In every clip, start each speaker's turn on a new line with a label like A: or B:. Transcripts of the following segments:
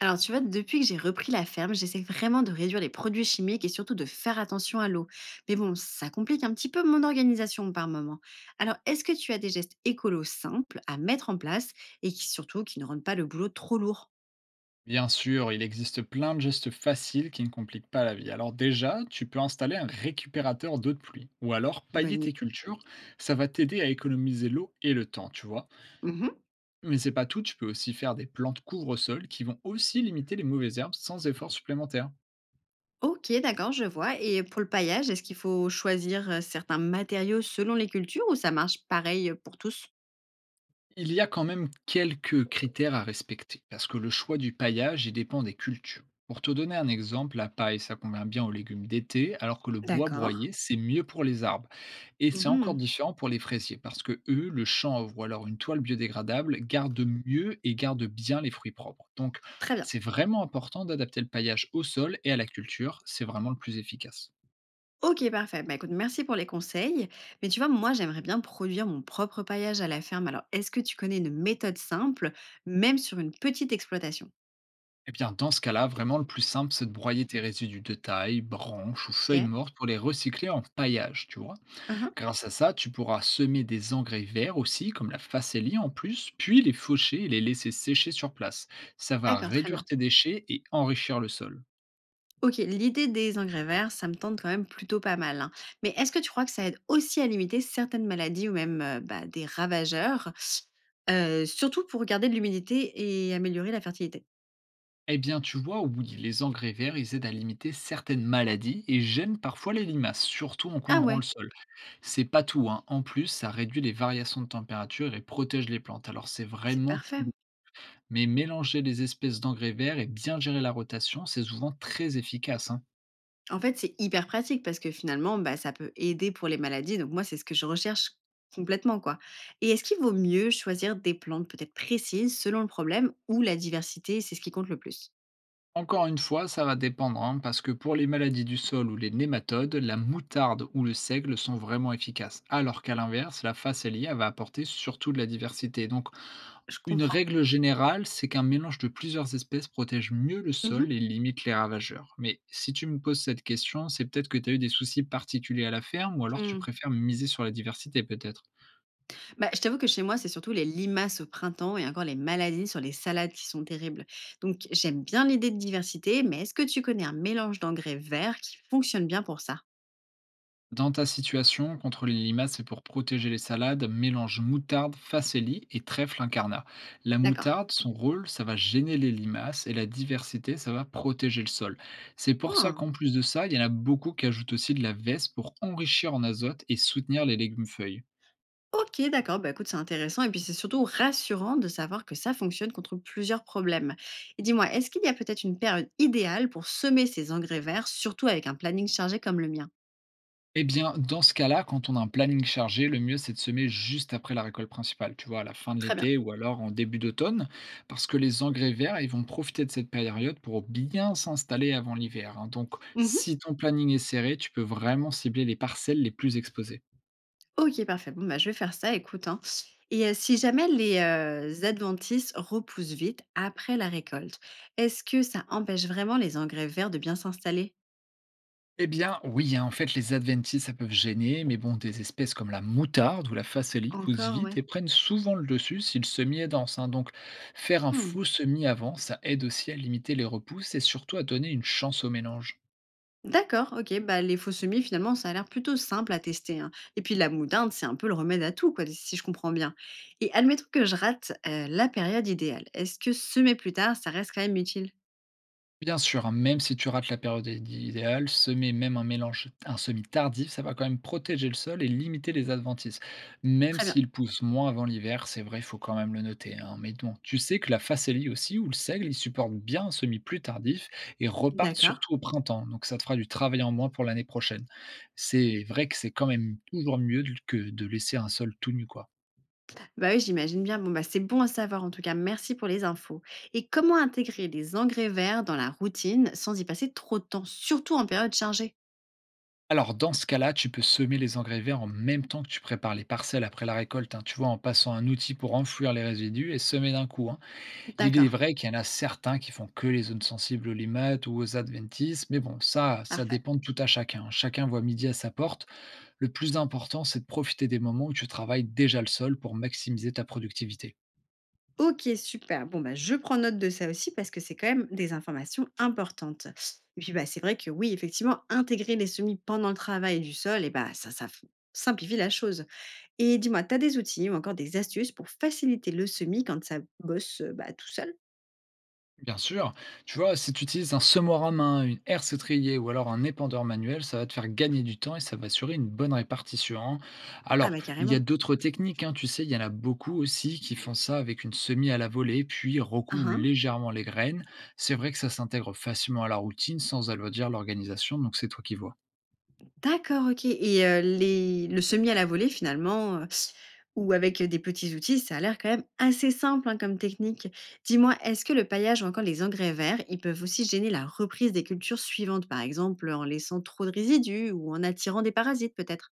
A: Alors tu vois, depuis que j'ai repris la ferme, j'essaie vraiment de réduire les produits chimiques et surtout de faire attention à l'eau. Mais bon, ça complique un petit peu mon organisation par moment. Alors est-ce que tu as des gestes écolos simples à mettre en place et qui surtout qui ne rendent pas le boulot trop lourd?
B: Bien sûr, il existe plein de gestes faciles qui ne compliquent pas la vie. Alors déjà, tu peux installer un récupérateur d'eau de pluie ou alors pailler
A: Bonne
B: tes
A: idée.
B: cultures, ça va t'aider à économiser l'eau et le temps, tu vois.
A: Mhm.
B: Mais c'est pas tout, tu peux aussi faire des plantes couvre-sol qui vont aussi limiter les mauvaises herbes sans effort supplémentaire.
A: Ok, d'accord, je vois. Et pour le paillage, est-ce qu'il faut choisir certains matériaux selon les cultures ou ça marche pareil pour tous?
B: Il y a quand même quelques critères à respecter parce que le choix du paillage, il dépend des cultures. Pour te donner un exemple, la paille, ça convient bien aux légumes d'été, alors que le bois
A: D'accord.
B: broyé, c'est mieux pour les arbres. Et c'est encore
A: Mhm.
B: différent pour les fraisiers, parce que eux, le chanvre ou alors une toile biodégradable gardent mieux et gardent bien les fruits propres. Donc,
A: Très bien.
B: c'est vraiment important d'adapter le paillage au sol et à la culture, c'est vraiment le plus efficace.
A: OK, parfait. Bah, écoute, merci pour les conseils. Mais tu vois, moi, j'aimerais bien produire mon propre paillage à la ferme. Alors, est-ce que tu connais une méthode simple, même sur une petite exploitation?
B: Eh bien, dans ce cas-là, vraiment le plus simple, c'est de broyer tes résidus de taille, branches ou feuilles
A: Ok.
B: mortes pour les recycler en paillage, tu vois.
A: Mhm.
B: Grâce à ça, tu pourras semer des engrais verts aussi, comme la facélie en plus, puis les faucher et les laisser sécher sur place. Ça va
A: D'accord, très bien.
B: réduire tes déchets et enrichir le sol.
A: Ok, l'idée des engrais verts, ça me tente quand même plutôt pas mal, hein. Mais est-ce que tu crois que ça aide aussi à limiter certaines maladies ou même bah, des ravageurs, surtout pour garder de l'humidité et améliorer la fertilité?
B: Eh bien, tu vois, oui, les engrais verts, ils aident à limiter certaines maladies et gênent parfois les limaces, surtout en
A: Ah
B: couvrant le
A: ouais,
B: sol. C'est pas tout, hein. En plus, ça réduit les variations de température et protège les plantes. Alors, c'est
A: c'est
B: vraiment tout.
A: parfait.
B: bon. Mais mélanger les espèces d'engrais verts et bien gérer la rotation, c'est souvent très efficace, hein.
A: En fait, c'est hyper pratique parce que finalement, bah, ça peut aider pour les maladies. Donc moi, c'est ce que je recherche complètement, quoi. Et est-ce qu'il vaut mieux choisir des plantes peut-être précises selon le problème ou la diversité, c'est ce qui compte le plus?
B: Encore une fois, ça va dépendre, hein, parce que pour les maladies du sol ou les nématodes, la moutarde ou le seigle sont vraiment efficaces, alors qu'à l'inverse, la phacélie elle va apporter surtout de la diversité. Donc,
A: Je
B: une
A: comprends.
B: règle générale, c'est qu'un mélange de plusieurs espèces protège mieux le sol
A: Mhm.
B: et limite les ravageurs. Mais si tu me poses cette question, c'est peut-être que tu as eu des soucis particuliers à la ferme ou alors tu
A: Hmm.
B: préfères miser sur la diversité peut-être.
A: Bah, je t'avoue que chez moi, c'est surtout les limaces au printemps et encore les maladies sur les salades qui sont terribles. Donc j'aime bien l'idée de diversité, mais est-ce que tu connais un mélange d'engrais verts qui fonctionne bien pour ça?
B: Dans ta situation, contre les limaces et pour protéger les salades, mélange moutarde, facélie et trèfle incarnat. La
A: D'accord.
B: moutarde, son rôle, ça va gêner les limaces et la diversité, ça va protéger le sol. C'est pour ça
A: Ah.
B: qu'en plus de ça, il y en a beaucoup qui ajoutent aussi de la veste pour enrichir en azote et soutenir les légumes feuilles.
A: Ok, d'accord. Bah, écoute, c'est intéressant et puis c'est surtout rassurant de savoir que ça fonctionne contre plusieurs problèmes. Et dis-moi, est-ce qu'il y a peut-être une période idéale pour semer ces engrais verts, surtout avec un planning chargé comme le mien?
B: Eh bien, dans ce cas-là, quand on a un planning chargé, le mieux c'est de semer juste après la récolte principale, tu vois, à la fin de
A: Très bien.
B: l'été ou alors en début d'automne, parce que les engrais verts, ils vont profiter de cette période pour bien s'installer avant l'hiver, hein. Donc,
A: Mhm.
B: si ton planning est serré, tu peux vraiment cibler les parcelles les plus exposées.
A: Ok, parfait. Bon, bah, je vais faire ça, écoute, hein. Et si jamais les adventices repoussent vite après la récolte, est-ce que ça empêche vraiment les engrais verts de bien s'installer?
B: Eh bien, oui, hein, en fait, les adventices, ça peut gêner, mais bon, des espèces comme la moutarde ou la facélie poussent
A: Encore, ouais.
B: vite et prennent souvent le dessus si le semis est dense, hein. Donc, faire un
A: Hmm.
B: faux semis avant, ça aide aussi à limiter les repousses et surtout à donner une chance au mélange.
A: D'accord, OK, bah, les faux semis, finalement, ça a l'air plutôt simple à tester, hein. Et puis la moutarde, c'est un peu le remède à tout, quoi, si je comprends bien. Et admettons que je rate la période idéale. Est-ce que semer plus tard, ça reste quand même utile?
B: Bien sûr, hein, même si tu rates la période i idéale, semer même un semis tardif, ça va quand même protéger le sol et limiter les adventices. Même
A: Très bien.
B: s'il pousse moins avant l'hiver, c'est vrai, il faut quand même le noter, hein. Mais bon, tu sais que la facélie aussi, ou le seigle, ils supportent bien un semis plus tardif et repartent
A: D'accord.
B: surtout au printemps. Donc ça te fera du travail en moins pour l'année prochaine. C'est vrai que c'est quand même toujours mieux que de laisser un sol tout nu, quoi.
A: Bah oui, j'imagine bien. Bon, bah, c'est bon à savoir, en tout cas. Merci pour les infos. Et comment intégrer les engrais verts dans la routine sans y passer trop de temps, surtout en période chargée?
B: Alors, dans ce cas-là, tu peux semer les engrais verts en même temps que tu prépares les parcelles après la récolte, hein, tu vois, en passant un outil pour enfouir les résidus et semer d'un coup, hein. Il est
A: D'accord,
B: vrai qu'il y en a certains qui font que les zones sensibles aux limates ou aux adventices, mais bon, ça
A: parfait.
B: dépend de tout à chacun, hein. Chacun voit midi à sa porte. Le plus important, c'est de profiter des moments où tu travailles déjà le sol pour maximiser ta productivité.
A: OK, super. Bon, bah, je prends note de ça aussi parce que c'est quand même des informations importantes. Et puis, bah, c'est vrai que oui, effectivement, intégrer les semis pendant le travail du sol, et bah, ça, simplifie la chose. Et dis-moi, tu as des outils ou encore des astuces pour faciliter le semis quand ça bosse bah, tout seul?
B: Bien sûr, tu vois, si tu utilises un semoir à main, une herse étrier ou alors un épandeur manuel, ça va te faire gagner du temps et ça va assurer une bonne répartition, hein.
A: Ah
B: Alors,
A: bah
B: il y
A: carrément.
B: a d'autres techniques, hein, tu sais, il y en a beaucoup aussi qui font ça avec une semis à la volée, puis
A: Ah,
B: recouvrent
A: hein.
B: légèrement les graines. C'est vrai que ça s'intègre facilement à la routine sans alourdir l'organisation, donc c'est toi qui vois.
A: D'accord, OK et les le semis à la volée finalement, ou avec des petits outils, ça a l'air quand même assez simple, hein, comme technique. Dis-moi, est-ce que le paillage ou encore les engrais verts, ils peuvent aussi gêner la reprise des cultures suivantes? Par exemple, en laissant trop de résidus ou en attirant des parasites peut-être?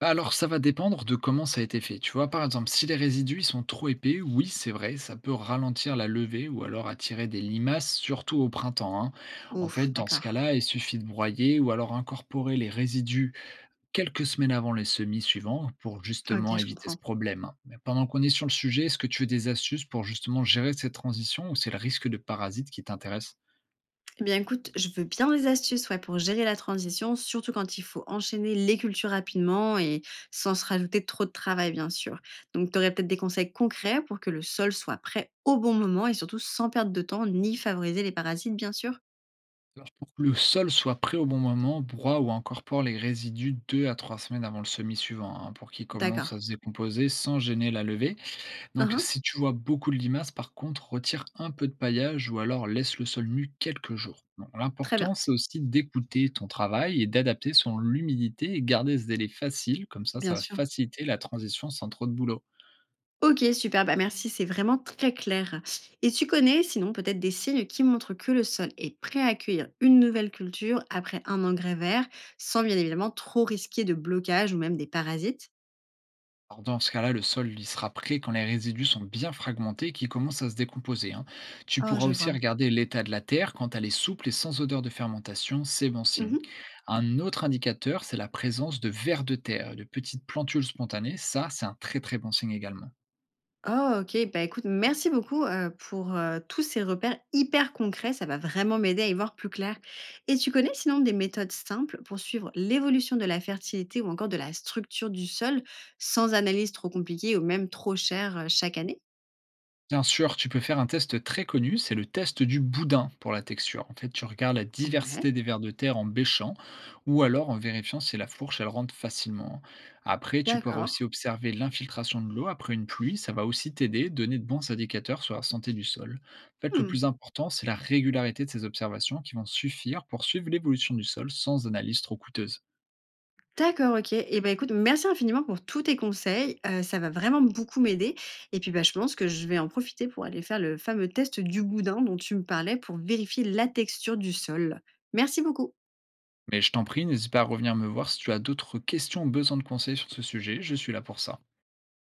B: Bah, alors, ça va dépendre de comment ça a été fait. Tu vois, par exemple, si les résidus ils sont trop épais, oui, c'est vrai, ça peut ralentir la levée ou alors attirer des limaces, surtout au printemps, hein. En fait,
A: Ouf,
B: dans ce
A: d'accord.
B: cas-là, il suffit de broyer ou alors incorporer les résidus quelques semaines avant les semis suivants pour
A: OK,
B: justement
A: je
B: éviter ce
A: comprends.
B: problème, hein. Mais pendant qu'on est sur le sujet, est-ce que tu veux des astuces pour justement gérer cette transition ou c'est le risque de parasites qui t'intéresse?
A: Eh bien, écoute, je veux bien des astuces ouais, pour gérer la transition, surtout quand il faut enchaîner les cultures rapidement et sans se rajouter trop de travail, bien sûr. Donc, tu aurais peut-être des conseils concrets pour que le sol soit prêt au bon moment et surtout sans perdre de temps ni favoriser les parasites, bien sûr.
B: Alors, pour que le sol soit prêt au bon moment, broie ou incorpore les résidus 2 à 3 semaines avant le semis suivant, hein, pour qu'il commence
A: D'accord.
B: à se décomposer sans gêner la levée. Donc,
A: Uhum.
B: si tu vois beaucoup de limaces, par contre, retire un peu de paillage ou alors laisse le sol nu quelques jours. Bon,
A: Très
B: l'important,
A: bien,
B: c'est aussi d'écouter ton travail et d'adapter selon l'humidité et garder ce délai facile, comme ça
A: bien
B: va
A: sûr.
B: faciliter la transition sans trop de boulot.
A: Ok, super, bah merci, c'est vraiment très clair. Et tu connais sinon peut-être des signes qui montrent que le sol est prêt à accueillir une nouvelle culture après un engrais vert, sans bien évidemment trop risquer de blocage ou même des parasites?
B: Alors, dans ce cas-là, le sol il sera prêt quand les résidus sont bien fragmentés et qu'ils commencent à se décomposer, hein. Tu
A: Oh,
B: pourras
A: je
B: aussi
A: vois.
B: regarder l'état de la terre quand elle est souple et sans odeur de fermentation, c'est bon signe.
A: Mmh.
B: Un autre indicateur, c'est la présence de vers de terre et de petites plantules spontanées. Ça, c'est un très très bon signe également.
A: Oh OK, bah, écoute, merci beaucoup, pour, tous ces repères hyper concrets. Ça va vraiment m'aider à y voir plus clair et tu connais sinon des méthodes simples pour suivre l'évolution de la fertilité ou encore de la structure du sol, sans analyse trop compliquée ou même trop chère, chaque année?
B: Bien sûr, tu peux faire un test très connu, c'est le test du boudin pour la texture. En fait, tu regardes la
A: Ouais,
B: diversité des vers de terre en bêchant ou alors en vérifiant si la fourche elle rentre facilement. Après, tu pourras
A: d'accord.
B: aussi observer l'infiltration de l'eau après une pluie, ça va aussi t'aider, donner de bons indicateurs sur la santé du sol. En fait, le
A: Mmh.
B: plus important, c'est la régularité de ces observations qui vont suffire pour suivre l'évolution du sol sans analyse trop coûteuse.
A: D'accord, OK et ben écoute, merci infiniment pour tous tes conseils, ça va vraiment beaucoup m'aider et puis, bah, je pense que je vais en profiter pour aller faire le fameux test du boudin dont tu me parlais pour vérifier la texture du sol. Merci beaucoup.
B: Mais je t'en prie, n'hésite pas à revenir me voir si tu as d'autres questions ou besoin de conseils sur ce sujet, je suis là pour ça.